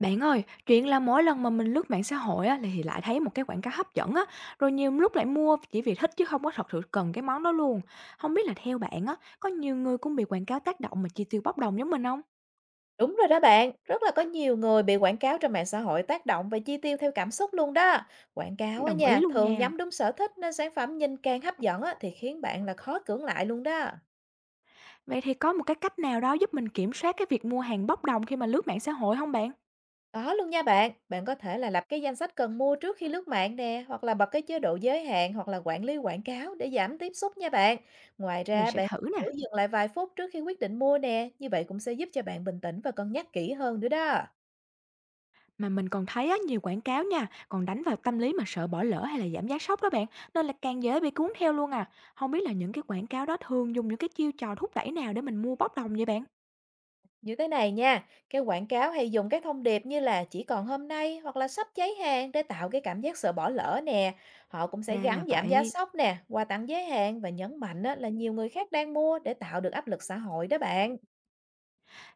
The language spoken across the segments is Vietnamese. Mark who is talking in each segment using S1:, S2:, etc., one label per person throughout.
S1: Bạn ơi, chuyện là mỗi lần mà mình lướt mạng xã hội á, thì lại thấy một cái quảng cáo hấp dẫn á, rồi nhiều lúc lại mua chỉ vì thích chứ không có thật sự cần cái món đó luôn. Không biết là theo bạn á, có nhiều người cũng bị quảng cáo tác động mà chi tiêu bốc đồng giống mình không?
S2: Đúng rồi đó bạn, rất là có nhiều người bị quảng cáo trên mạng xã hội tác động và chi tiêu theo cảm xúc luôn đó. Quảng cáo á
S1: Đồng ý
S2: nha,
S1: luôn
S2: thường
S1: nha.
S2: nhắm đúng sở thích nên sản phẩm nhìn càng hấp dẫn á, thì khiến bạn là khó cưỡng lại luôn đó.
S1: Vậy thì có một cái cách nào đó giúp mình kiểm soát cái việc mua hàng bốc đồng khi mà lướt mạng xã hội không bạn?
S2: Có luôn nha bạn, bạn có thể là lập cái danh sách cần mua trước khi lướt mạng nè, hoặc là bật cái chế độ giới hạn hoặc là quản lý quảng cáo để giảm tiếp xúc nha bạn. Ngoài
S1: Mình
S2: ra
S1: sẽ
S2: bạn
S1: thử
S2: thử
S1: nè.
S2: dừng lại vài phút trước khi quyết định mua nè, như vậy cũng sẽ giúp cho bạn bình tĩnh và cân nhắc kỹ hơn nữa đó.
S1: Mà mình còn thấy á, nhiều quảng cáo nha, còn đánh vào tâm lý mà sợ bỏ lỡ hay là giảm giá sốc đó bạn, nên là càng dễ bị cuốn theo luôn à. Không biết là những cái quảng cáo đó thường dùng những cái chiêu trò thúc đẩy nào để mình mua bốc đồng vậy bạn?
S2: Như thế này nha, cái quảng cáo hay dùng các thông điệp như là chỉ còn hôm nay hoặc là sắp cháy hàng để tạo cái cảm giác sợ bỏ lỡ nè. Họ cũng sẽ
S1: Ra là
S2: gắn giảm giá
S1: vậy.
S2: sốc nè, quà tặng giới hạn và nhấn mạnh á, là nhiều người khác đang mua để tạo được áp lực xã hội đó bạn.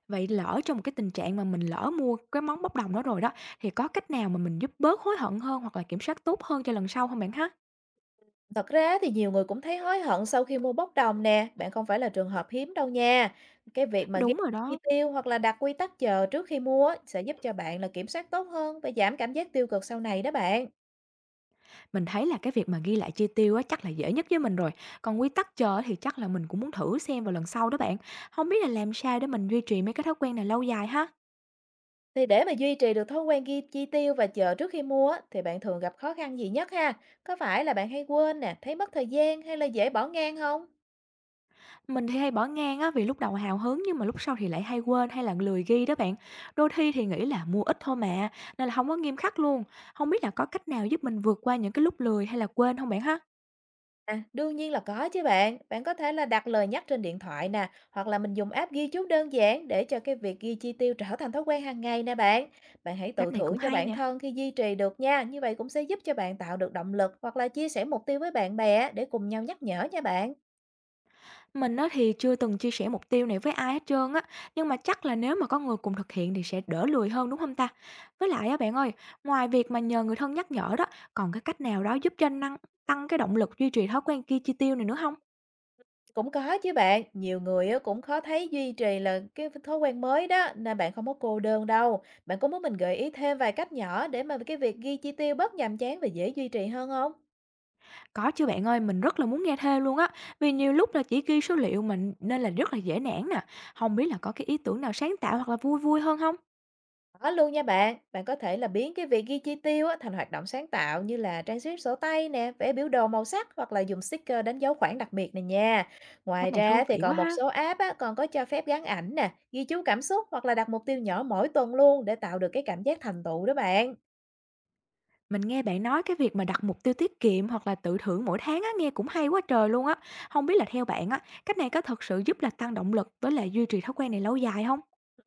S1: Vậy lỡ trong một cái tình trạng mà mình lỡ mua cái món bốc đồng đó rồi đó, thì có cách nào mà mình giúp bớt hối hận hơn hoặc là kiểm soát tốt hơn cho lần sau không bạn ha?
S2: Thật ra thì nhiều người cũng thấy hối hận sau khi mua bốc đồng nè, bạn không phải là trường hợp hiếm đâu nha. Cái việc mà ghi
S1: Đúng rồi
S2: chi
S1: đó,
S2: tiêu hoặc là đặt quy tắc chờ trước khi mua á, sẽ giúp cho bạn là kiểm soát tốt hơn và giảm cảm giác tiêu cực sau này đó bạn.
S1: mình thấy là cái việc mà ghi lại chi tiêu á chắc là dễ nhất với mình rồi. Còn quy tắc chờ thì chắc là mình cũng muốn thử xem vào lần sau đó bạn. Không biết là làm sao để mình duy trì mấy cái thói quen này lâu dài ha?
S2: Thì để mà duy trì được thói quen ghi chi tiêu và chờ trước khi mua á, thì bạn thường gặp khó khăn gì nhất ha? Có phải là bạn hay quên nè, thấy mất thời gian hay là dễ bỏ ngang không?
S1: Mình thì hay bỏ ngang á, vì lúc đầu hào hứng nhưng mà lúc sau thì lại hay quên hay là lười ghi đó bạn. Đôi khi thì nghĩ là mua ít thôi mà, nên là không có nghiêm khắc luôn. Không biết là có cách nào giúp mình vượt qua những cái lúc lười hay là quên không bạn ha?
S2: À, đương nhiên là có chứ bạn. Bạn có thể là đặt lời nhắc trên điện thoại nè, hoặc là mình dùng app ghi chú đơn giản để cho cái việc ghi chi tiêu trở thành thói quen hàng ngày nè bạn. Bạn hãy tự
S1: Cách này
S2: thưởng
S1: cũng
S2: cho
S1: hay
S2: bản
S1: nè.
S2: thân khi duy trì được nha. Như vậy cũng sẽ giúp cho bạn tạo được động lực hoặc là chia sẻ mục tiêu với bạn bè để cùng nhau nhắc nhở nha bạn.
S1: Mình á thì chưa từng chia sẻ mục tiêu này với ai hết trơn á, nhưng mà chắc là nếu mà có người cùng thực hiện thì sẽ đỡ lười hơn, đúng không ta? Với lại á bạn ơi, ngoài việc mà nhờ người thân nhắc nhở đó, còn cái cách nào đó giúp cho năng tăng cái động lực duy trì thói quen kia chi tiêu này nữa không?
S2: Cũng có chứ bạn, nhiều người á cũng khó thấy duy trì là cái thói quen mới đó, nên bạn không có cô đơn đâu. Bạn có muốn mình gợi ý thêm vài cách nhỏ để mà cái việc ghi chi tiêu bớt nhàm chán và dễ duy trì hơn không?
S1: Có chứ bạn ơi, mình rất là muốn nghe thêm luôn á, vì nhiều lúc là chỉ ghi số liệu mình nên là rất là dễ nản nè. Không biết là có cái ý tưởng nào sáng tạo hoặc là vui vui hơn không?
S2: Có luôn nha bạn, bạn có thể là biến cái việc ghi chi tiêu á, thành hoạt động sáng tạo như là trang trí sổ tay nè, vẽ biểu đồ màu sắc hoặc là dùng sticker đánh dấu khoản đặc biệt này nha. Ngoài
S1: Cách này thú
S2: ra thì
S1: vị quá
S2: còn một
S1: ha.
S2: số app á, còn có cho phép gắn ảnh nè, ghi chú cảm xúc hoặc là đặt mục tiêu nhỏ mỗi tuần luôn để tạo được cái cảm giác thành tựu đó bạn.
S1: Mình nghe bạn nói cái việc mà đặt mục tiêu tiết kiệm hoặc là tự thưởng mỗi tháng á, nghe cũng hay quá trời luôn á. Không biết là theo bạn á, cách này có thật sự giúp là tăng động lực với lại duy trì thói quen này lâu dài không?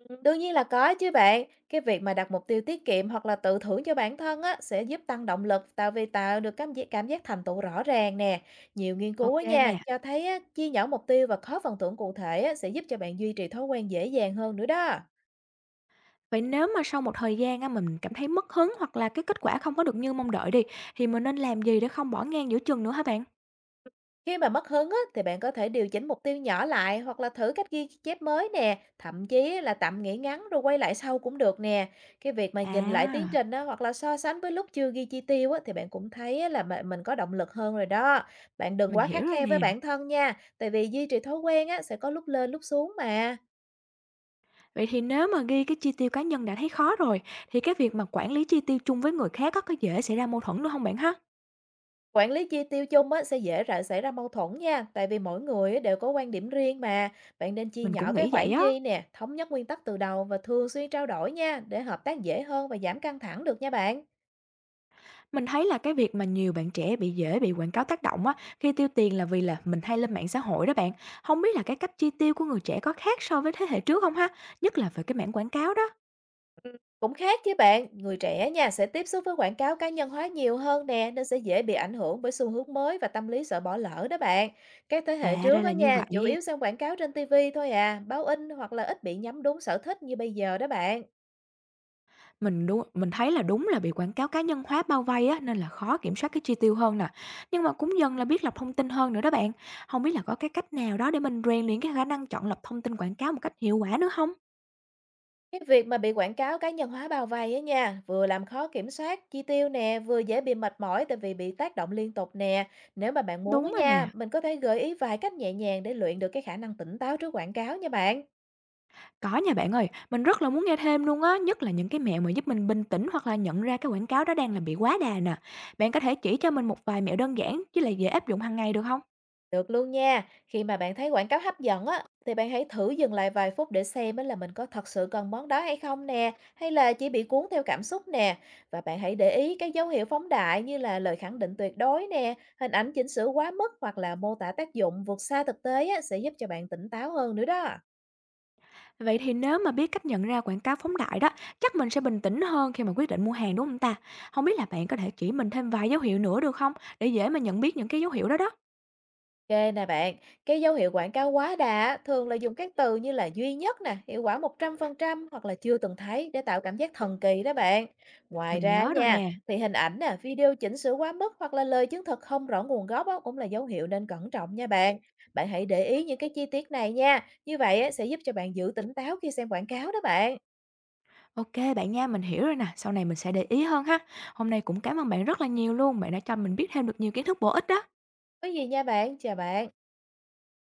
S2: Ừ, đương nhiên là có chứ bạn. Cái việc mà đặt mục tiêu tiết kiệm hoặc là tự thưởng cho bản thân á, sẽ giúp tăng động lực tạo vì tạo được cảm giác thành tựu rõ ràng nè. Nhiều nghiên cứu á
S1: OK
S2: nha,
S1: nè.
S2: cho thấy á, chia nhỏ mục tiêu và có phần thưởng cụ thể á, sẽ giúp cho bạn duy trì thói quen dễ dàng hơn nữa đó.
S1: Vậy nếu mà sau một thời gian á, mình cảm thấy mất hứng hoặc là cái kết quả không có được như mong đợi đi, thì mình nên làm gì để không bỏ ngang giữa chừng nữa hả bạn?
S2: Khi mà mất hứng á, thì bạn có thể điều chỉnh mục tiêu nhỏ lại hoặc là thử cách ghi chép mới nè, thậm chí là tạm nghỉ ngắn rồi quay lại sau cũng được nè. Cái việc mà nhìn lại tiến
S1: À,
S2: trình á, hoặc là so sánh với lúc chưa ghi chi tiêu á, thì bạn cũng thấy á, là mình có động lực hơn rồi đó. Bạn đừng
S1: mình
S2: quá khắt
S1: hiểu rồi
S2: khe
S1: nè.
S2: với bản thân nha, tại vì duy trì thói quen á, sẽ có lúc lên lúc xuống mà.
S1: Vậy thì nếu mà ghi cái chi tiêu cá nhân đã thấy khó rồi, thì cái việc mà quản lý chi tiêu chung với người khác á, có dễ xảy ra mâu thuẫn nữa không bạn ha?
S2: Quản lý chi tiêu chung á, sẽ dễ rã xảy ra mâu thuẫn nha, tại vì mỗi người á, đều có quan điểm riêng mà. Bạn nên chia
S1: Mình
S2: nhỏ
S1: cũng
S2: cái
S1: nghĩ vậy
S2: khoản
S1: á.
S2: chi nè, thống nhất nguyên tắc từ đầu và thường xuyên trao đổi nha, để hợp tác dễ hơn và giảm căng thẳng được nha bạn.
S1: Mình thấy là cái việc mà nhiều bạn trẻ bị dễ bị quảng cáo tác động á, khi tiêu tiền là vì là mình hay lên mạng xã hội đó bạn. Không biết là cái cách chi tiêu của người trẻ có khác so với thế hệ trước không ha? Nhất là về cái mảng quảng cáo đó.
S2: Ừ, cũng khác chứ bạn, người trẻ nha sẽ tiếp xúc với quảng cáo cá nhân hóa nhiều hơn nè, nên sẽ dễ bị ảnh hưởng bởi xu hướng mới và tâm lý sợ bỏ lỡ đó bạn. Các thế hệ
S1: À,
S2: trước
S1: ra
S2: á
S1: là như
S2: nha, chủ yếu
S1: vậy.
S2: xem quảng cáo trên TV thôi à, báo in hoặc là ít bị nhắm đúng sở thích như bây giờ đó bạn.
S1: Mình đúng mình thấy là đúng là bị quảng cáo cá nhân hóa bao vây á, nên là khó kiểm soát cái chi tiêu hơn nè. Nhưng mà cũng dần là biết lọc thông tin hơn nữa đó bạn. Không biết là có cái cách nào đó để mình rèn luyện cái khả năng chọn lọc thông tin quảng cáo một cách hiệu quả nữa không?
S2: Cái việc mà bị quảng cáo cá nhân hóa bao vây á nha, vừa làm khó kiểm soát chi tiêu nè, vừa dễ bị mệt mỏi tại vì bị tác động liên tục nè. Nếu mà bạn muốn á
S1: Đúng rồi
S2: nha,
S1: nè.
S2: mình có thể gợi ý vài cách nhẹ nhàng để luyện được cái khả năng tỉnh táo trước quảng cáo nha bạn.
S1: Có nha bạn ơi, mình rất là muốn nghe thêm luôn á, nhất là những cái mẹo mà giúp mình bình tĩnh hoặc là nhận ra cái quảng cáo đó đang là bị quá đà nè. Bạn có thể chỉ cho mình một vài mẹo đơn giản chứ là dễ áp dụng hàng ngày được không?
S2: Được luôn nha. Khi mà bạn thấy quảng cáo hấp dẫn á, thì bạn hãy thử dừng lại vài phút để xem á là mình có thật sự cần món đó hay không nè, hay là chỉ bị cuốn theo cảm xúc nè. Và bạn hãy để ý các dấu hiệu phóng đại như là lời khẳng định tuyệt đối nè, hình ảnh chỉnh sửa quá mức hoặc là mô tả tác dụng vượt xa thực tế á, sẽ giúp cho bạn tỉnh táo hơn nữa đó.
S1: Vậy thì nếu mà biết cách nhận ra quảng cáo phóng đại đó, chắc mình sẽ bình tĩnh hơn khi mà quyết định mua hàng đúng không ta? Không biết là bạn có thể chỉ mình thêm vài dấu hiệu nữa được không? Để dễ mà nhận biết những cái dấu hiệu đó đó.
S2: Kê nè bạn, cái dấu hiệu quảng cáo quá đà á, thường là dùng các từ như là duy nhất nè, hiệu quả 100 phần trăm hoặc là chưa từng thấy để tạo cảm giác thần kỳ đó bạn. Ngoài
S1: Mình
S2: ra
S1: nhớ rồi
S2: nha,
S1: nè.
S2: thì hình ảnh nè, video chỉnh sửa quá mức hoặc là lời chứng thực không rõ nguồn gốc á, cũng là dấu hiệu nên cẩn trọng nha bạn. Bạn hãy để ý những cái chi tiết này nha, như vậy á, sẽ giúp cho bạn giữ tỉnh táo khi xem quảng cáo đó bạn.
S1: OK bạn nha, mình hiểu rồi nè, sau này mình sẽ để ý hơn ha. Hôm nay cũng cảm ơn bạn rất là nhiều luôn, bạn đã cho mình biết thêm được nhiều kiến thức bổ ích đó.
S2: Có gì nha bạn, chào bạn.